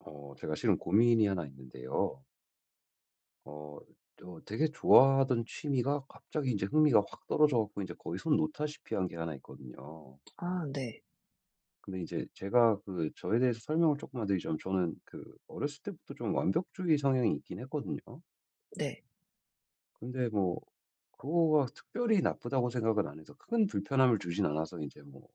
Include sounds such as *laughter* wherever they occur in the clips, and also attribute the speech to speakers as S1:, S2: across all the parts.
S1: 제가 실은 고민이 하나 있는데요. 어, 저 되게 좋아하던 취미가 갑자기 이제 흥미가 확 떨어져 갖고 이제 거의 손 놓다시피 한 게 하나 있거든요.
S2: 아, 네.
S1: 근데 이제 제가 그 저에 대해서 설명을 조금만 드리자면 저는 그 어렸을 때부터 좀 완벽주의 성향이 있긴 했거든요.
S2: 네.
S1: 근데 뭐 그거가 특별히 나쁘다고 생각은 안 해서 큰 불편함을 주진 않아서 이제 뭐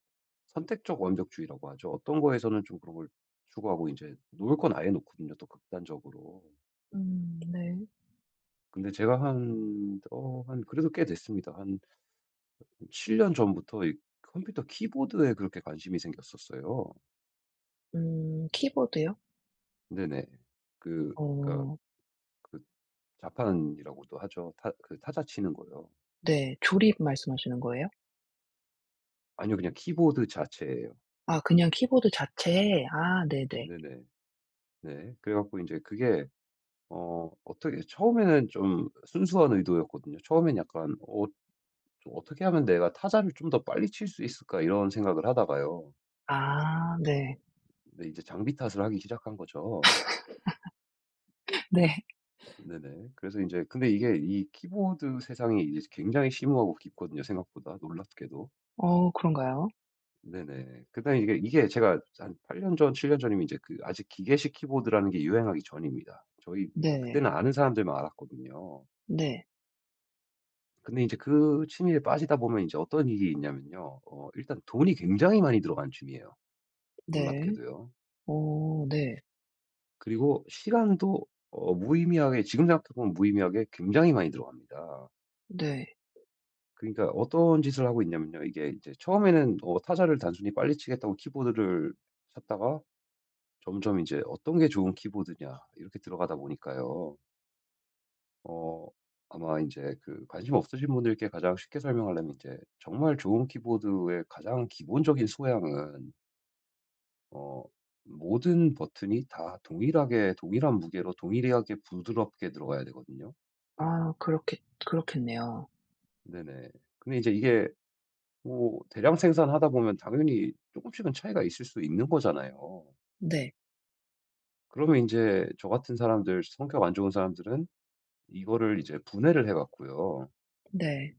S1: 선택적 완벽주의라고 하죠. 어떤 거에서는 좀 그런 걸 추구하고 이제 놓을 건 아예 놓거든요. 또 극단적으로.
S2: 네.
S1: 근데 제가 한 한 그래도 꽤 됐습니다. 한 7년 전부터 이 컴퓨터 키보드에 그렇게 관심이 생겼었어요.
S2: 키보드요?
S1: 네네. 그 그러니까
S2: 어,
S1: 그 자판이라고도 하죠. 타 그 타자 치는 거요.
S2: 네. 조립 말씀하시는 거예요?
S1: 아니요. 그냥 키보드 자체예요.
S2: 아, 그냥 키보드 자체에? 아, 네네.
S1: 네네. 네. 그래 갖고 이제 그게 어떻게 처음에는 좀 순수한 의도였거든요. 처음엔 약간 '어 좀 어떻게 하면 내가 타자를 좀 더 빨리 칠 수 있을까?' 이런 생각을 하다가요.
S2: 아, 네.
S1: 근데 이제 장비 탓을 하기 시작한 거죠.
S2: *laughs* 네.
S1: 네네. 그래서 이제 근데 이게 이 키보드 세상이 이제 굉장히 심오하고 깊거든요 생각보다 놀랍게도.
S2: 어, 그런가요?
S1: 네네. 그다음에 이게 제가 한 8년 전, 7년 전이면 이제 그 아직 기계식 키보드라는 게 유행하기 전입니다. 저희 그러니까
S2: 네.
S1: 그때는 아는 사람들만 알았거든요.
S2: 네.
S1: 근데 이제 그 취미에 빠지다 보면 이제 어떤 일이 있냐면요. 일단 돈이 굉장히 많이 들어가는 취미예요
S2: 네.
S1: 놀랍게도요.
S2: 어, 네.
S1: 그리고 시간도 무의미하게 지금 생각해 보면 무의미하게 굉장히 많이 들어갑니다.
S2: 네.
S1: 그러니까 어떤 짓을 하고 있냐면요. 이게 이제 처음에는 타자를 단순히 빨리 치겠다고 키보드를 샀다가 점점 이제 어떤 게 좋은 키보드냐 이렇게 들어가다 보니까요. 어 아마 이제 그 관심 없으신 분들께 가장 쉽게 설명하려면 이제 정말 좋은 키보드의 가장 기본적인 소양은 어 모든 버튼이 다 동일하게 동일한 무게로 동일하게 부드럽게 들어가야 되거든요.
S2: 아, 그렇겠, 그렇겠네요.
S1: 네네. 근데 이제 이게 뭐 대량 생산하다 보면 당연히 조금씩은 차이가 있을 수 있는 거잖아요.
S2: 네.
S1: 그러면 인제 저 같은 사람들 성격 안 좋은 사람들은 이거를 이제 분해를 해 갖고요.
S2: 네.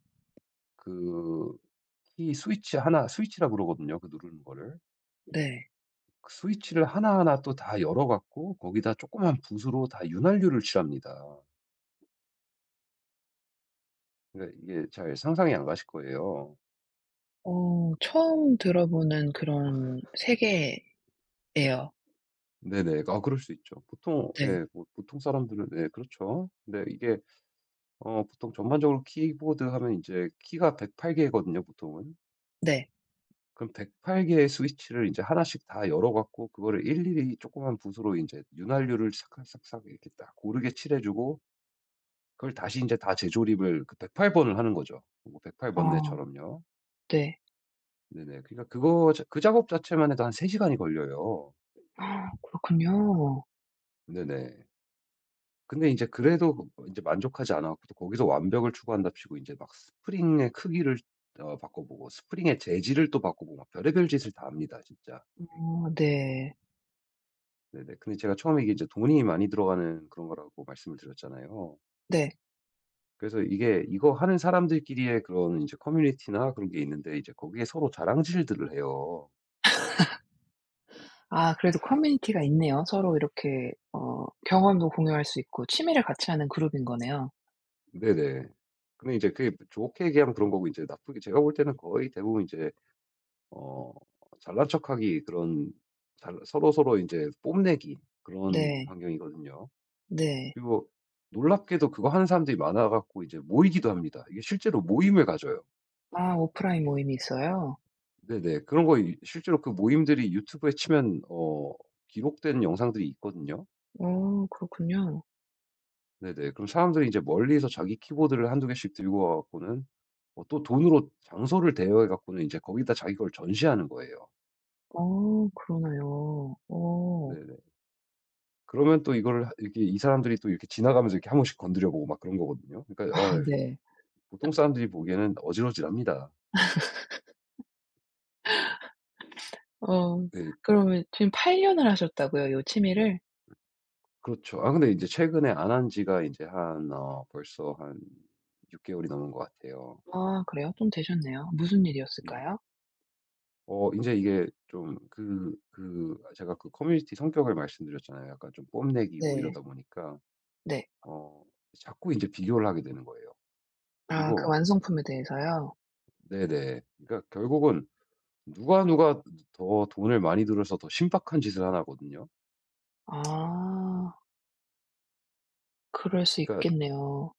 S1: 그 키 스위치 하나 스위치라 그러거든요, 그 누르는 거를.
S2: 네.
S1: 그 스위치를 하나하나 또 다 열어 갖고 거기다 조그만 붓으로 다 윤활유를 칠합니다. 그러니까 이게 잘 상상이 안 가실 거예요.
S2: 어, 처음 들어보는 그런 세계예요.
S1: 네네. 아 그럴 수 있죠. 보통
S2: 네.
S1: 예 뭐 보통 사람들은 예 그렇죠. 근데 이게 보통 전반적으로 키보드 하면 이제 키가 108 개거든요 보통은.
S2: 네.
S1: 그럼 108 개의 스위치를 이제 하나씩 다 열어 갖고 그거를 일일이 조그만 붓으로 이제 윤활유를 싹싹싹 이렇게 딱 고르게 칠해 주고 그걸 다시 이제 다 재조립을 그 108 번을 하는 거죠. 뭐 108
S2: 아,
S1: 번뇌처럼요.
S2: 네.
S1: 네네. 그러니까 그거 자 그 작업 자체만 해도 한 3 시간이 걸려요.
S2: 아, 그렇군요.
S1: 네네. 근데 이제 그래도 이제 만족하지 않아 갖고 또 거기서 완벽을 추구한답시고 이제 막 스프링의 크기를 바꿔보고 스프링의 재질을 또 바꿔보고 막 별의별 짓을 다 합니다 진짜.
S2: 어, 네.
S1: 네네. 근데 제가 처음에 이게 이제 돈이 많이 들어가는 그런 거라고 말씀을 드렸잖아요.
S2: 네.
S1: 그래서 이게 이거 하는 사람들끼리의 그런 이제 커뮤니티나 그런 게 있는데 이제 거기에 서로 자랑질들을 해요.
S2: 아, 그래도 커뮤니티가 있네요. 서로 이렇게 어, 경험도 공유할 수 있고 취미를 같이 하는 그룹인 거네요.
S1: 네네. 근데 이제 그게 좋게 얘기하면 그런 거고 이제 나쁘게 제가 볼 때는 거의 대부분 이제 어 잘난 척하기 그런 잘 서로서로 이제 뽐내기 그런
S2: 네.
S1: 환경이거든요.
S2: 네.
S1: 그리고 놀랍게도 그거 하는 사람들이 많아 갖고 이제 모이기도 합니다. 이게 실제로 모임을 가져요.
S2: 아, 오프라인 모임이 있어요?
S1: 네네. 그런 거 이 실제로 그 모임들이 유튜브에 치면 기록된 영상들이 있거든요.
S2: 어, 그렇군요.
S1: 네네. 그럼 사람들이 이제 멀리서 자기 키보드를 한두 개씩 들고 와 갖고는 또 돈으로 장소를 대여해 갖고는 이제 거기다 자기 걸 전시하는 거예요.
S2: 어, 그러네요. 어.
S1: 네네. 그러면 또 이걸 이렇게 이 사람들이 또 이렇게 지나가면서 이렇게 한 번씩 건드려 보고 막 그런 거거든요.
S2: *laughs*
S1: 그러니까
S2: 아, 네.
S1: 보통 사람들이 보기에는 어질어질합니다.
S2: 어,
S1: 네
S2: 그러면 지금 8 년을 하셨다고요, 요 취미를?
S1: 그렇죠. 아 근데 이제 최근에 안 한 지가 이제 한 벌써 한 6 개월이 넘은 것 같아요.
S2: 아, 그래요? 좀 되셨네요. 무슨
S1: 음.
S2: 일이었을까요?
S1: 이제 이게 좀 제가 그 커뮤니티 성격을 말씀드렸잖아요. 약간 좀 뽐내기고
S2: 네.
S1: 이러다 보니까
S2: 네.
S1: 어 자꾸 이제 비교를 하게 되는 거예요.
S2: 아, 그
S1: 그리고
S2: 완성품에 대해서요?
S1: 네네. 그러니까 결국은 누가 누가 더 돈을 많이 들여서 더 신박한 짓을 하나 하거든요.
S2: 아, 그럴 수
S1: 그러니까
S2: 있겠네요.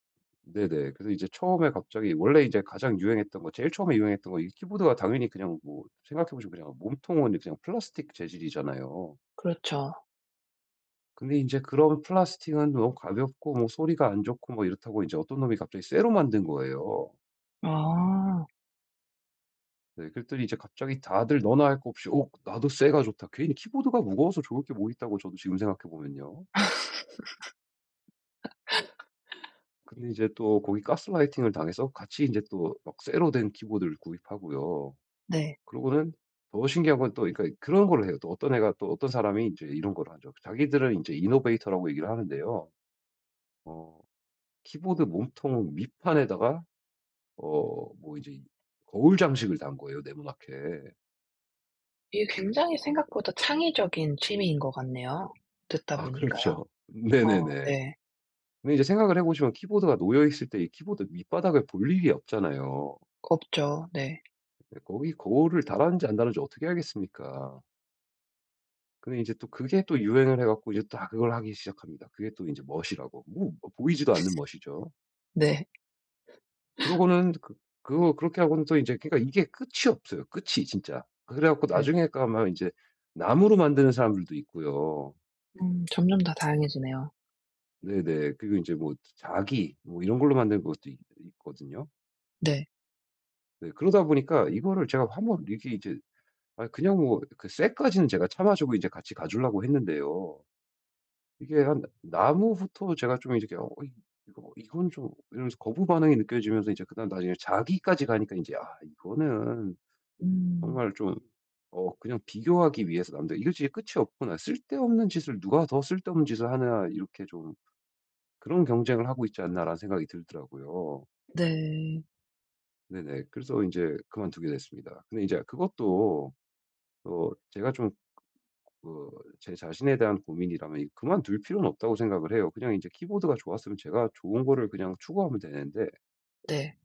S1: 네네. 그래서 이제 처음에 갑자기 원래 이제 가장 유행했던 거 제일 처음에 유행했던 거 이 키보드가 당연히 그냥 뭐 생각해 보시면 그냥 몸통은 그냥 플라스틱 재질이잖아요.
S2: 그렇죠.
S1: 근데 인제 그런 플라스틱은 너무 가볍고 뭐 소리가 안 좋고 뭐 이렇다고 이제 어떤 놈이 갑자기 쇠로 만든 거예요.
S2: 아,
S1: 네 그랬더니 이제 갑자기 다들 너나 할 것 없이 "어 나도 쇠가 좋다." 괜히 키보드가 무거워서 좋을 게 뭐 있다고 저도 지금 생각해 보면요. 근데 이제 또 거기 가스라이팅을 당해서 같이 이제 또 막 쇠로 된 키보드를 구입하고요.
S2: 네.
S1: 그러고는 더 신기한 건 또 그러니까 그런 거를 해요. 또 어떤 애가 또 어떤 사람이 이제 이런 걸 하죠. 자기들은 이제 이노베이터라고 얘기를 하는데요. 어 키보드 몸통 밑판에다가 뭐 이제 거울 장식을 단 거예요, 네모나게.
S2: 이게 굉장히 생각보다 창의적인 취미인 것 같네요. 듣다
S1: 아 *laughs*
S2: 보니까요.
S1: 그렇죠.
S2: 어,
S1: 네네네.
S2: 네.
S1: 근데 이제 생각을 해 보시면 키보드가 놓여 있을 때 이 키보드 밑바닥을 볼 일이 없잖아요.
S2: 없죠. 네.
S1: 네, 거기 거울을 달았는지 안 달았는지 어떻게 알겠습니까? 근데 이제 또 그게 또 유행을 해 갖고 이제 다 그걸 하기 시작합니다. 그게 또 이제 멋이라고. 뭐 뭐 보이지도 않는 멋이죠.
S2: 네.
S1: 그러고는 그거 그렇게 하고는 또 이제 그러니까 이게 끝이 없어요, 끝이 진짜. 그래 갖고
S2: 네.
S1: 나중에 가면 이제 나무로 만드는 사람들도 있고요.
S2: 점점 더 다양해지네요.
S1: 네네. 그리고 이제 뭐 자기 뭐 이런 걸로 만드는 것도 있 있거든요.
S2: 네.
S1: 네 그러다 보니까 이거를 제가 한번 이게 이제 아 그냥 뭐 그 쇠까지는 제가 참아 주고 이제 같이 가 주려고 했는데요. 이게 한 나무부터 제가 좀 이렇게 '어 이 이거 뭐 이건 좀' 이러면서 거부 반응이 느껴지면서 이제 그다음 나중에 자기까지 가니까 인제 '아 이거는
S2: 음.
S1: 정말 좀 그냥 비교하기 위해서 남들 이거 진짜 끝이 없구나. 쓸데없는 짓을 누가 더 쓸데없는 짓을 하나.' 이렇게 좀 '그런 경쟁을 하고 있지 않나.'라는 생각이 들더라고요.
S2: 네.
S1: 네네. 그래서 인제 그만두게 됐습니다. 근데 이제 그것도 제가 좀 그 제 자신에 대한 고민이라면 이 그만둘 필요는 없다고 생각을 해요. 그냥 이제 키보드가 좋았으면 제가 좋은 거를 그냥 추구하면 되는데
S2: 네.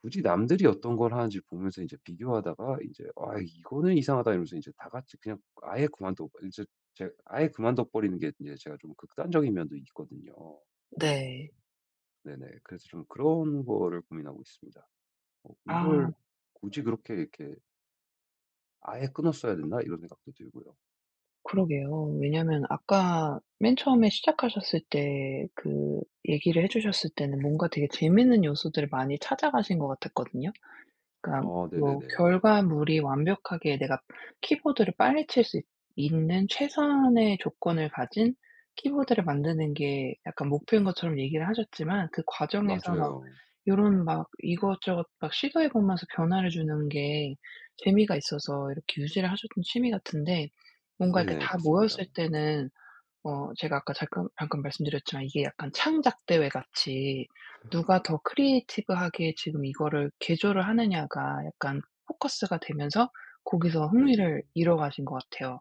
S1: 굳이 남들이 어떤 걸 하는지 보면서 이제 비교하다가 이제 '아 이거는 이상하다.' 이러면서 이제 다 같이 그냥 아예 그만둬 이제 제 아예 그만둬 버리는 게 이제 제가 좀 극단적인 면도 있거든요.
S2: 네.
S1: 네네. 그래서 좀 그런 거를 고민하고 있습니다.
S2: 아,
S1: '이걸 굳이 그렇게 이렇게 아예 끊었어야 됐나?' 이런 생각도 들고요.
S2: 그러게요. 왜냐면 아까 맨 처음에 시작하셨을 때 그 얘기를 해 주셨을 때는 뭔가 되게 재밌는 요소들을 많이 찾아가신 것 같았거든요. 그러니까
S1: 어
S2: 뭐
S1: 네네네.
S2: 결과물이 완벽하게 내가 키보드를 빨리 칠 수 있는 최선의 조건을 가진 키보드를 만드는 게 약간 목표인 것처럼 얘기를 하셨지만 그 과정에서 막
S1: 맞아요.
S2: 요런 막 이것저것 막 시도해 보면서 변화를 주는 게 재미가 있어서 이렇게 유지를 하셨던 취미 같은데 뭔가 이렇게
S1: 네네.
S2: 다
S1: 맞습니다.
S2: 모였을 때는 어, 제가 아까 잠깐 방금 말씀드렸지만 이게 약간 창작 대회 같이 누가 더 크리에이티브하게 지금 이거를 개조를 하느냐가 약간 포커스가 되면서 거기서
S1: 네네.
S2: 흥미를 잃어가신 것 같아요.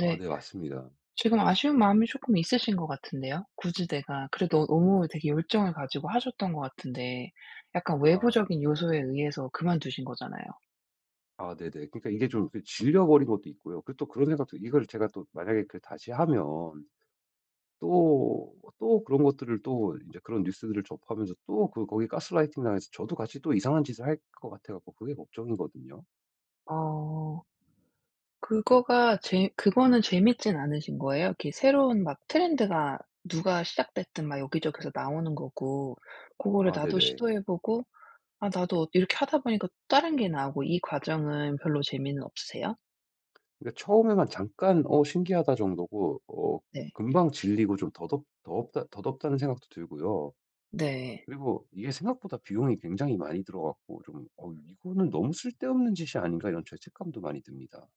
S1: 아 네 맞습니다.
S2: 지금 아쉬운 마음이 쪼끔 있으신 것 같은데요. 굳이 내가 그래도 너무 되게 열정을 가지고 하셨던 것 같은데 약간
S1: 아.
S2: 외부적인 요소에 의해서 그만두신 거잖아요.
S1: 아 네네. 그러니까 이게 좀 그 질려 버린 것도 있고요. 그리고 또 그런 생각도 이걸 제가 또 만약에 그 다시 하면 또, 또 그런 것들을 또 이제 그런 뉴스들을 접하면서 또 그 거기 가스라이팅 당해서 저도 같이 또 이상한 짓을 할 것 같아 갖고 그게 걱정이거든요.
S2: 어. 그거가 재 그거는 재밌진 않으신 거예요? 이렇게 새로운 막 트렌드가 누가 시작됐든 막 여기저기서 나오는 거고 고거를
S1: 아
S2: 나도
S1: 네네.
S2: 시도해 보고 '아, 나도' 이렇게 하다 보니까 다른 게 나오고 이 과정은 별로 재미는 없으세요?
S1: 그러니까 처음에만 잠깐 '어 신기하다.' 정도고
S2: 네.
S1: 금방 질리고 좀 더덥 더덥다 더덥다는 생각도 들고요.
S2: 네.
S1: 그리고 이게 생각보다 비용이 굉장히 많이 들어갔고 좀 '어 이거는 너무 쓸데없는 짓이 아닌가.' 이런 죄책감도 많이 듭니다.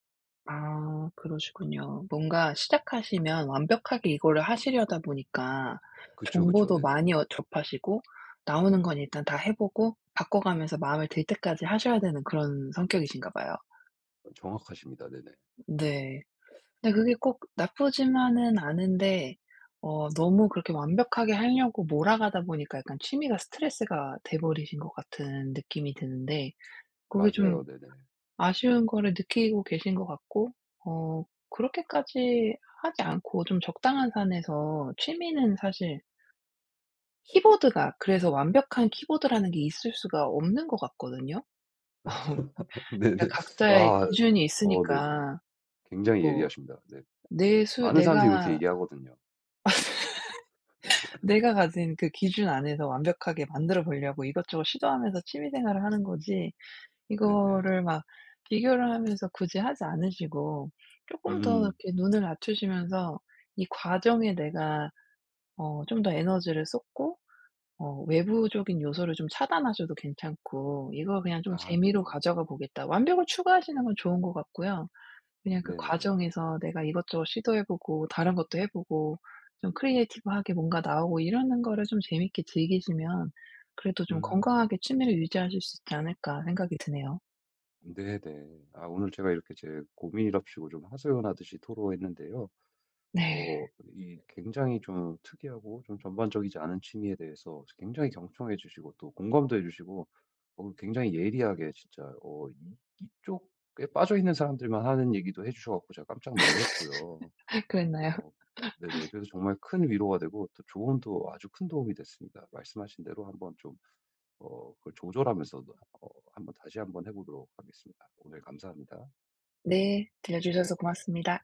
S2: 아, 그러시군요. 뭔가 시작하시면 완벽하게 이거를 하시려다 보니까
S1: 그쵸, 그쵸.
S2: 정보도
S1: 네네.
S2: 많이 어, 접하시고 나오는 건 일단 다 해 보고 바꿔가면서 마음에 들 때까지 하셔야 되는 그런 성격이신가 봐요.
S1: 정확하십니다. 네네.
S2: 네. 근데 그게 꼭 나쁘지만은 않은데 어, 너무 그렇게 완벽하게 하려고 몰아가다 보니까 약간 취미가 스트레스가 돼 버리신 것 같은 느낌이 드는데 그게 좀
S1: 맞아요. 네네.
S2: 아쉬운 거를 느끼고 계신 것 같고 어, 그렇게까지 하지 않고 좀 적당한 선에서 취미는 사실 키보드가 그래서 완벽한 키보드라는 게 있을 수가 없는 것 같거든요.
S1: *laughs* 네네.
S2: 그러니까 각자의
S1: 아
S2: 기준이
S1: 어 네네.
S2: 있으니까
S1: 굉장히
S2: 뭐
S1: 예리하십니다. 네.
S2: 내 수
S1: 많은 사람들이 이렇게
S2: 내가
S1: 얘기하거든요.
S2: 내가 가진 그 기준 안에서 완벽하게 만들어 보려고 이것저것 시도하면서 취미 생활을 하는 거지
S1: 네네.
S2: 이거를 막 비교를 하면서 굳이 하지 않으시고 조금 더
S1: 음.
S2: 이렇게 눈을 낮추시면서 이 과정에 내가 어, 좀 더 에너지를 쏟고 어, 외부적인 요소를 좀 차단하셔도 괜찮고 이거 그냥 좀
S1: 아
S2: 재미로
S1: 네.
S2: 가져가 보겠다.' 완벽을 추구하시는 건 좋은 것 같고요. 그냥 그
S1: 네네.
S2: 과정에서 내가 이것저것 시도해 보고 다른 것도 해 보고 좀 크리에이티브하게 뭔가 나오고 이러는 거를 좀 재밌게 즐기시면 그래도 좀
S1: 음.
S2: 건강하게 취미를 유지하실 수 있지 않을까 생각이 드네요.
S1: 네네. 아 오늘 제가 이렇게 제 고민일랍시고 좀 하소연하듯이 토로했는데요.
S2: 네.
S1: 어, 이 굉장히 좀 특이하고 좀 전반적이지 않은 취미에 대해서 굉장히 경청해 주시고 또 공감도 해 주시고 어, 굉장히 예리하게 진짜 이쪽에 빠져 있는 사람들만 하는 얘기도 해 주셔 갖고 제가 깜짝 놀랐고요.
S2: *laughs* 그랬나요?
S1: 어, 네네. 그래서 정말 큰 위로가 되고 또 조언도 아주 큰 도움이 됐습니다. 말씀하신 대로 한번 좀 그걸 조절하면서 한번 다시 한번 해보도록 하겠습니다. 오늘 감사합니다.
S2: 네. 들려주셔서 고맙습니다.